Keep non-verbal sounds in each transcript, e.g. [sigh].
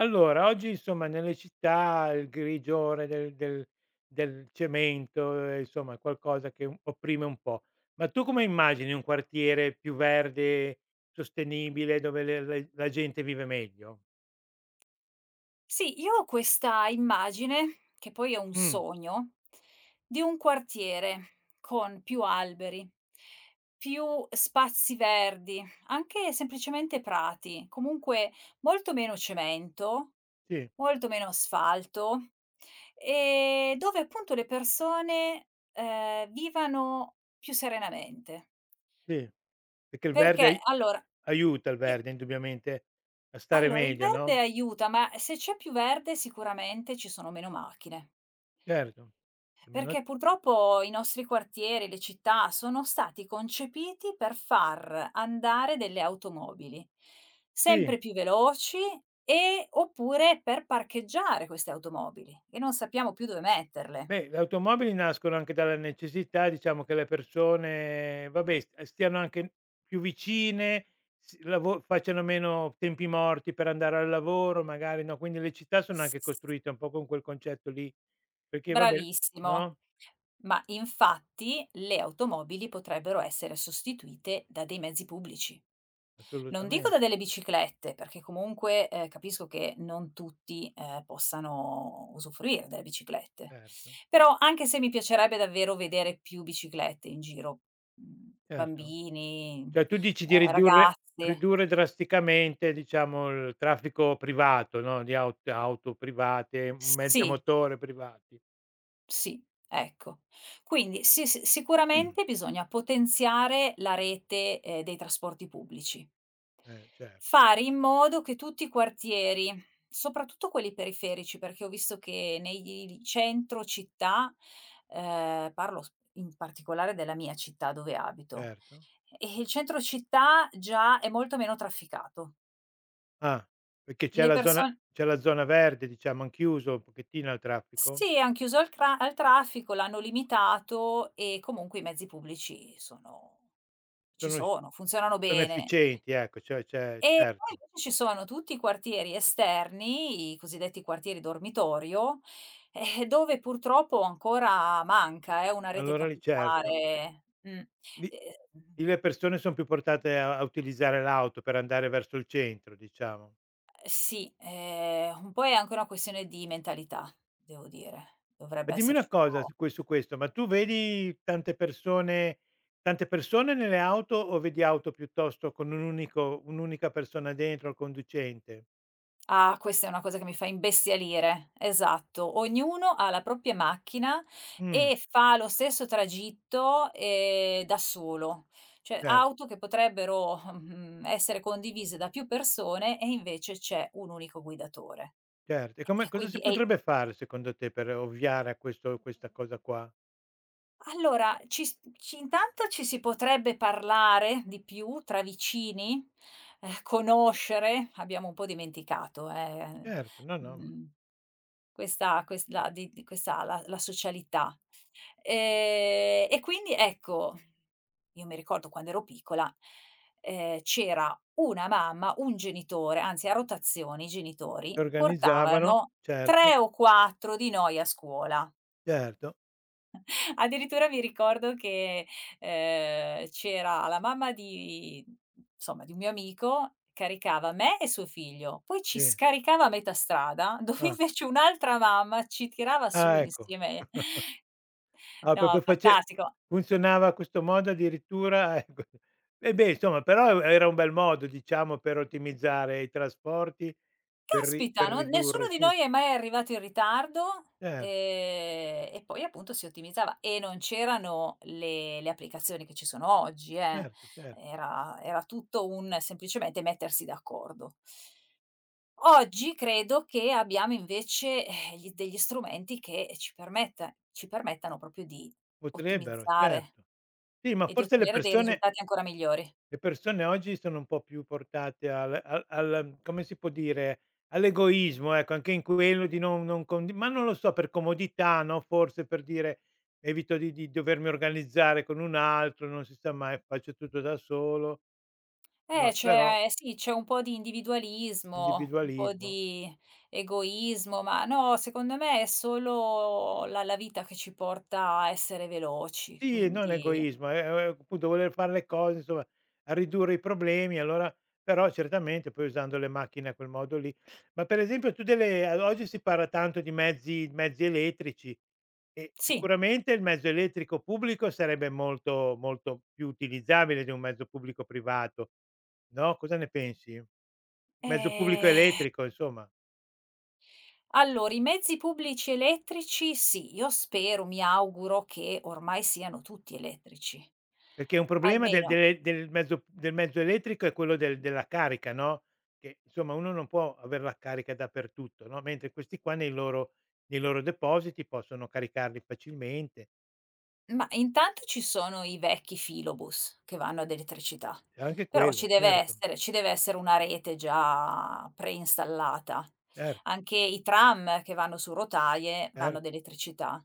Allora, oggi insomma nelle città il grigiore del cemento, insomma è qualcosa che un opprime un po'. Ma tu come immagini un quartiere più verde, sostenibile, dove le la gente vive meglio? Sì, io ho questa immagine, che poi è un Mh, sogno, di un quartiere con più alberi, più spazi verdi, anche semplicemente prati, comunque molto meno cemento, sì, molto meno asfalto, e dove appunto le persone, vivano più serenamente. sì. Perché il verde Perché ai allora aiuta il e verde indubbiamente a stare allora il meglio, no, verde aiuta, ma se c'è più verde sicuramente ci sono meno macchine. certo. Almeno Perché purtroppo i nostri quartieri, le città sono stati concepiti per far andare delle automobili sì. sempre più veloci oppure per parcheggiare queste automobili e non sappiamo più dove metterle. Beh, le automobili nascono anche dalla necessità, diciamo, che le persone, vabbè, st stiano anche più vicine, s lavo facciano meno tempi morti per andare al lavoro magari, no, quindi le città sono anche S costruite un po' con quel concetto lì, perché vabbè bravissimo, no, ma infatti le automobili potrebbero essere sostituite da dei mezzi pubblici. Non dico assolutamente, da delle biciclette, perché comunque, capisco che non tutti, possano usufruire delle biciclette, certo, però anche se mi piacerebbe davvero vedere più biciclette in giro, certo. bambini, Cioè tu dici di ridurre ragazze. ridurre drasticamente, diciamo, il traffico privato, no, di auto private, mezzi a Sì. motore privati. Sì, ecco. Quindi sì, sicuramente bisogna potenziare la rete, dei trasporti pubblici. Certo, Fare in modo che tutti i quartieri, soprattutto quelli periferici, perché ho visto che nei centro città, parlo s in particolare della mia città dove abito, certo. e il centro città già è molto meno trafficato. Ah, perché Le perso c'è la zona verde diciamo, han chiuso un pochettino al traffico? Sì, han chiuso al traffico, l'hanno limitato e comunque i mezzi pubblici sono ci Sono ef sono, funzionano Sono bene. efficienti ecco, cioè c'è E poi certo. invece ci sono tutti i quartieri esterni, i cosiddetti quartieri dormitorio, dove purtroppo ancora manca, una rete Allora lì certo, capillare. Mh. lì lì Ehm, le persone son più portate a utilizzare l'auto per andare verso il centro diciamo. sì, un po' è anche una questione di mentalità, devo dire. Ma Dovrebbe dimmi una esserci un cosa po'. Su questo, ma tu vedi tante persone nelle auto o vedi auto piuttosto con un'unica persona dentro al conducente? Ah, questa è una cosa che mi fa imbestialire, esatto. Ognuno ha la propria macchina Mh, e fa lo stesso tragitto, da solo. Cioè cer auto che potrebbero, essere condivise da più persone e invece c'è un unico guidatore. certo. E come E cosa si quindi e potrebbe fare secondo te per ovviare a questo questa cosa qua? allora ci s ci intanto ci si potrebbe parlare di più tra vicini, conoscere, abbiamo un po' dimenticato, Certo, no, no, ma mhmm Questa ques la di questa la la socialità. E quindi ecco, io mi ricordo quando ero piccola, c'era una mamma, un genitore, anzi a rotazione i si genitori organizzavano, portavano certo, 3 o 4 di noi a scuola. certo, Addirittura mi ricordo che, c'era la mamma di insomma, di un mio amico, caricava me e suo figlio, poi ci sì. scaricava a metà strada, [laughs] dove Ah, invece un'altra mamma ci tirava su ah ecco, insieme. [laughs] ah No, proprio face fantastico. funzionava a questo modo addirittura, [laughs] ecco. E beh, insomma, però era un bel modo diciamo per ottimizzare i trasporti, per ri Caspita, per non nessuno ridurre di tu noi è mai arrivato in ritardo, cer e poi appunto si ottimizzava e non c'erano le applicazioni che ci sono oggi, eh. certo, certo. Era tutto un semplicemente mettersi d'accordo. Oggi credo che abbiamo invece, gli degli strumenti che ci permettano proprio di Potrebbero, ottimizzare certo. Sì, ma e di forse ottenere dei risultati ancora migliori. le persone oggi sono un po' più portate al come si può dire, all'egoismo, ecco, anche in quello di non non condi ma non lo so, per comodità, no, forse per dire: "Evito di dovermi organizzare con un altro, non si sa mai, faccio tutto da solo", ma però C'è sì, c'è un po' di individualismo, un po' individualismo. di egoismo, ma no, secondo me è solo la vita che ci porta a essere veloci, Sì, e non quindi egoismo, è appunto voler fare le cose, insomma, a ridurre i problemi, allora però certamente poi usando le macchine a quel modo lì. Ma per esempio tu delle ad oggi si parla tanto di mezzi elettrici e sì. sicuramente il mezzo elettrico pubblico sarebbe molto, molto più utilizzabile di un mezzo pubblico privato, no, cosa ne pensi? Mezzo pubblico Ehm, elettrico insomma. allora i mezzi pubblici elettrici sì, io spero, mi auguro che ormai siano tutti elettrici. Perché un problema Almeno. Del mezzo elettrico è quello della carica, no, che insomma uno non può aver la carica dappertutto, no, mentre questi qua nei loro depositi possono caricarli facilmente. Ma intanto ci sono i vecchi filobus che vanno ad elettricità, C'è anche però quello, certo, ci deve essere una rete già preinstallata. cer Anche i tram che vanno su rotaie cer vanno ad elettricità.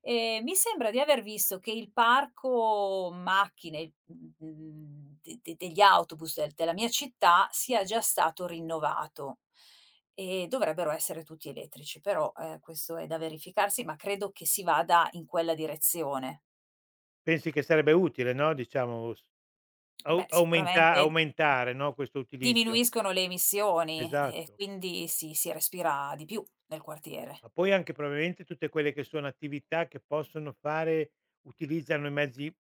Mi sembra di aver visto che il parco macchine, de de degli autobus della mia città sia già stato rinnovato e dovrebbero essere tutti elettrici, però, questo è da verificarsi, ma credo che si vada in quella direzione. pensi che sarebbe utile, no, diciamo s au Beh, aumenta sicuramente aumentare, no, questo utilizzo. diminuiscono le emissioni e Esatto. quindi si respira di più nel quartiere. Ma poi anche probabilmente tutte quelle che sono attività che possono fare utilizzano i mezzi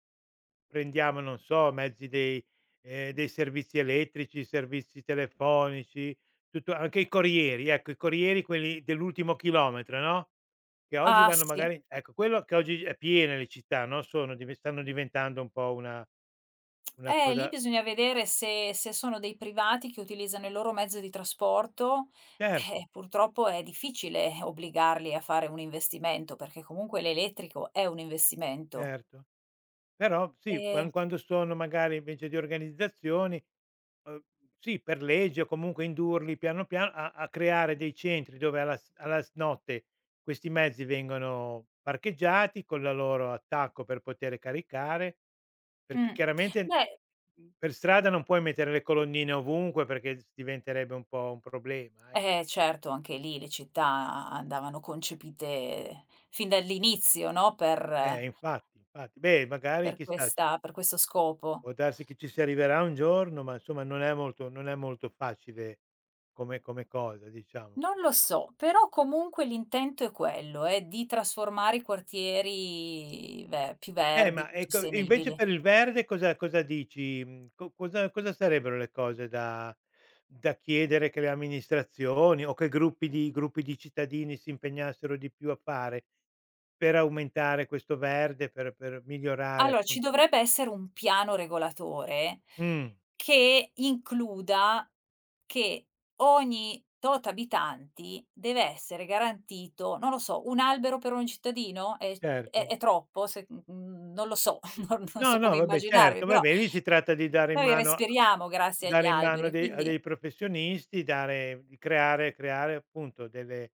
prendiamo, non so, mezzi dei dei servizi elettrici, servizi telefonici, tutto anche i corrieri, ecco, i corrieri quelli dell'ultimo chilometro, no, che oggi Ah vanno sì, magari ecco, quello che oggi è piene le città, no, sono div stanno diventando un po' una lì cosa bisogna vedere se sono dei privati che utilizzano il loro mezzo di trasporto. certo, Purtroppo è difficile obbligarli a fare un investimento, perché comunque l'elettrico è un investimento. certo. Però sì, Ehm, quando sono magari invece di organizzazioni, uhm, sì per legge o comunque indurli piano piano a creare dei centri dove alla s notte questi mezzi vengono parcheggiati con la loro attacco per poter caricare, perché mh, chiaramente, beh per strada non puoi mettere le colonnine ovunque perché s diventerebbe un po' un problema, eh. eh certo, anche lì le città andavano concepite fin dall'inizio, no, Eh per infatti, infatti. Beh magari Per chissà ci questa per questo scopo? può darsi che ci si arriverà un giorno, ma insomma non è molto facile come cosa diciamo. Non lo so, però comunque l'intento è quello, è di trasformare i quartieri ve più verdi, Ma più ecco e invece sostenibili. per il verde cosa dici, mhmm, co cosa sarebbero le cose da chiedere che le amministrazioni o che gruppi di cittadini si impegnassero di più a fare per aumentare questo verde, per migliorare Allora, ci appunto dovrebbe essere un piano regolatore mh, che includa che ogni tot abitanti deve essere garantito, non lo so, un albero per ogni cittadino? È è certo. è troppo? Se mhmm, non lo so, [laughs] non No, so no, come vabbè immaginarmi, certo, però vabbè lì si tratta di dare in noi mano a respiriamo grazie agli dare in mano alberi, quindi dei professionisti, dare di creare appunto delle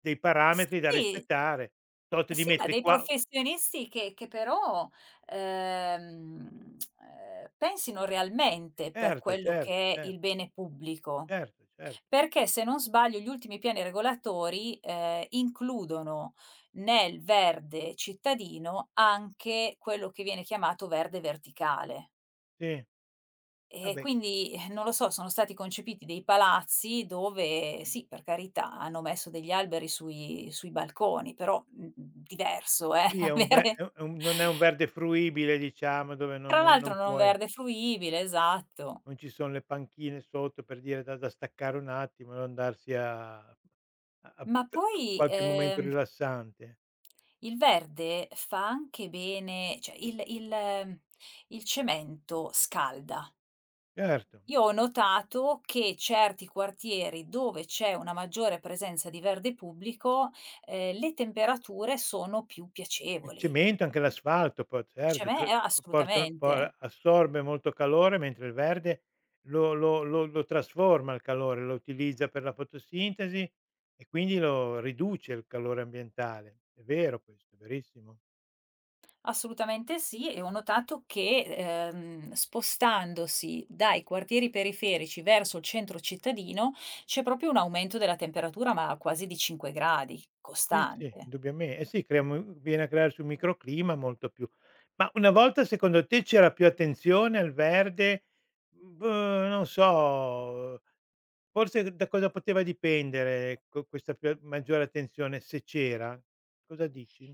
dei parametri da sì. rispettare, tot di Sì, ma metri dei qua professionisti che però, pensino realmente per certo, quello che certo, è il bene pubblico. certo, certo. Perché se non sbaglio gli ultimi piani regolatori, includono nel verde cittadino anche quello che viene chiamato verde verticale. Sì, E vabbè quindi, non lo so, sono stati concepiti dei palazzi dove, sì, per carità, hanno messo degli alberi sui balconi, però, diverso, [laughs] sì è avere un non è un verde fruibile diciamo dove tra l'altro non non puoi, verde fruibile, esatto. non ci son le panchine sotto per dire da staccare un attimo e andarsi a Ma a poi, qualche momento rilassante. il verde fa anche bene cioè il cemento scalda. Certo, Io ho notato che certi quartieri dove c'è una maggiore presenza di verde pubblico, le temperature sono più il piacevoli. cemento, anche l'asfalto poi Cioè certo a te me lo porta po assolutamente, assorbe molto calore, mentre il verde lo trasforma il calore, lo utilizza per la fotosintesi e quindi lo riduce il calore ambientale. È vero questo, è verissimo. assolutamente sì e ho notato che, spostandosi dai quartieri periferici verso il centro cittadino, c'è proprio un aumento della temperatura, ma quasi di 5 gradi, Sì, sì, costante. indubbiame eh sì, crea mu viene a crearsi un microclima molto più ma una volta secondo te c'era più attenzione al verde? Boh, non so. Forse da cosa poteva dipendere co questa pia maggiore attenzione, se c'era? Cosa dici?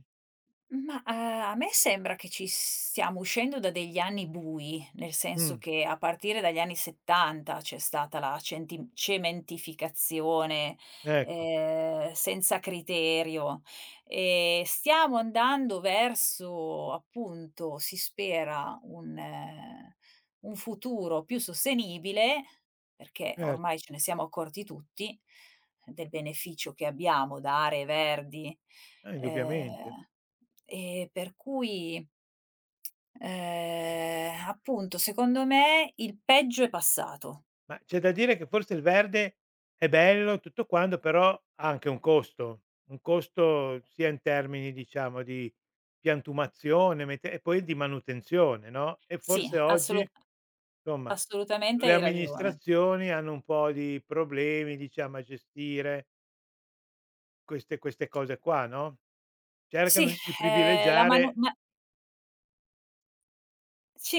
Ma, a me sembra che ci stiamo uscendo da degli anni bui, nel senso Mh, che a partire dagli anni '70 c'è stata la centi cementificazione, ecco, senza criterio, e stiamo andando verso, appunto, si spera, un futuro più sostenibile, perché cer ormai ce ne siamo accorti tutti del beneficio che abbiamo da aree verdi. Indubbiamente. Ehm, e per cui, appunto secondo me il peggio è passato. Ma c'è da dire che forse il verde è bello, tutto quanto, però ha anche un costo sia in termini, diciamo, di piantumazione, mete e poi di manutenzione, no, e Sì, forse oggi, insomma, assolutamente le hai ragione. amministrazioni hanno un po' di problemi, diciamo, a gestire queste cose qua, no? Sì, Cercano di la manu privilegiare ma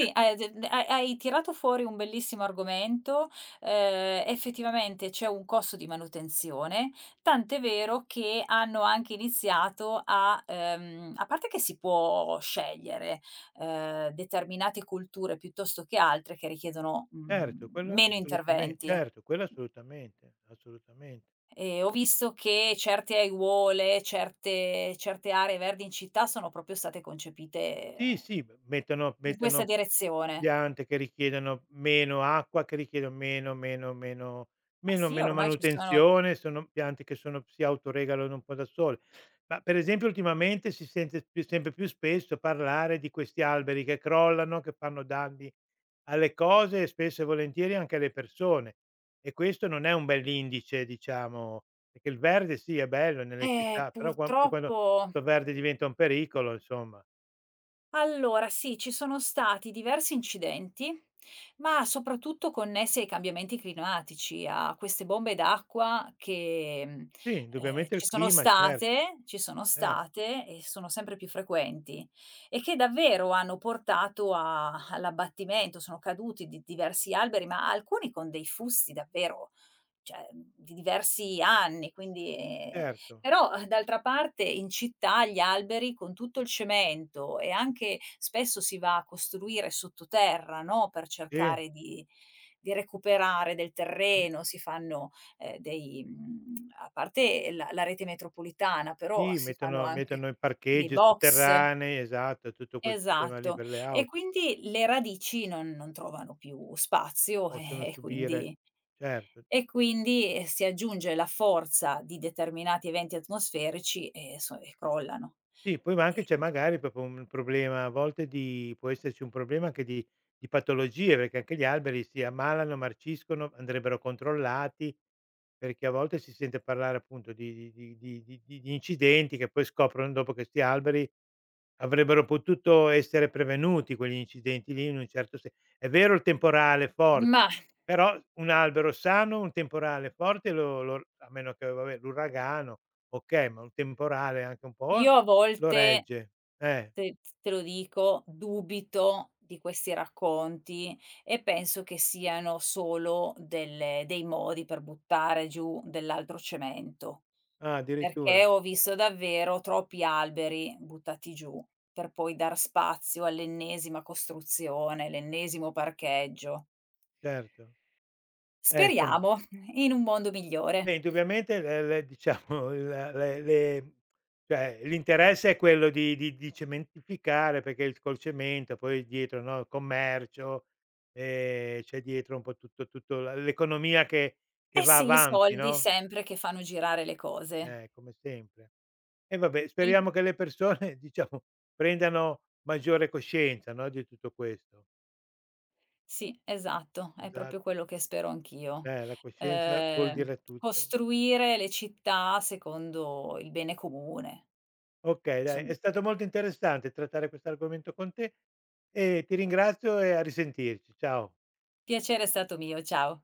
eh, hai de hai hai tirato fuori un bellissimo argomento. Effettivamente c'è un costo di manutenzione, tant'è vero che hanno anche iniziato a parte che si può scegliere, determinate culture piuttosto che altre che richiedono, certo, quello meno assolutame interventi. certo, quello assolutamente, assolutamente. E ho visto che certe aiuole, certe aree verdi in città sono proprio state Sì, concepite sì, m mettono in questa mettono direzione. piante che richiedono meno acqua, che richiedono Ma sì, meno ormai ci sono manutenzione, sono piante che sono si autoregalano un po' da sole. Ma per esempio ultimamente si sente più sempre più spesso parlare di questi alberi che crollano, che fanno danni alle cose e spesso e volentieri anche alle persone. E questo non è un bell'indice, diciamo, perché il verde sì è bello nelle città, però quando purtroppo 'sto verde diventa un pericolo, insomma. allora sì, ci sono stati diversi incidenti, ma soprattutto connessi ai cambiamenti climatici, a queste bombe d'acqua che, Sì, indubbiamente il clima, ci sono cer state e sono sempre più frequenti e che davvero hanno portato a all'abbattimento, sono caduti di diversi alberi, ma alcuni con dei fusti davvero cioè, di diversi anni, quindi certo. però, d'altra parte in città gli alberi con tutto il cemento e anche spesso si va a costruire sottoterra, no, per Sì, cercare di recuperare del mh, terreno, si fanno, a parte la rete metropolitana, però sì, si fanno anche mettono i dei parcheggi box. sotterranei, esatto, tutto quel sistema lì Esatto. per le E auto, quindi le radici non trovano più spazio [laughs] possono subire certo. e quindi, si aggiunge la forza di determinati eventi atmosferici e crollano. Sì, poi ma anche c'è Ehm, magari proprio un problema a volte di può esserci un problema anche di patologie, perché anche gli alberi si ammalano, marciscono, andrebbero controllati, perché a volte si sente parlare appunto di incidenti che poi scoprono dopo che 'sti alberi avrebbero potuto essere prevenuti quegli incidenti lì in un certo se è vero il temporale è forte, mah, però un albero sano, un temporale forte lo, a meno che vabbè l'uragano, okay, ma un temporale anche un po' io a lo volte, regge. Eh, te te lo dico, dubito di questi racconti e penso che siano solo delle dei modi per buttare giù dell'altro cemento, ah addirittura, perché ho visto davvero troppi alberi buttati giù per poi dar spazio all'ennesima costruzione, l'ennesimo parcheggio. certo. Insom Speriamo, in un mondo Beh, migliore. indubbiamente le diciamo il le cioè l'interesse è quello di cementificare, perché il col cemento poi dietro, no, il commercio, c'è dietro un po' tutto la l'economia che Eh va sì, i avanti, soldi no, sempre che fanno girare le cose. Come sempre. E vabbè, E in speriamo che le persone [laughs] diciamo prendano maggiore coscienza, no, di tutto questo. sì, esatto, è proprio Esatto, quello che spero anch'io. La coscienza vuol Ehm, dire tutto. costruire le città secondo il bene comune. Okay, dai, è Insomma, stato molto interessante trattare questo argomento con te e ti ringrazio e a risentirci. Ciao. piacere è stato mio, ciao.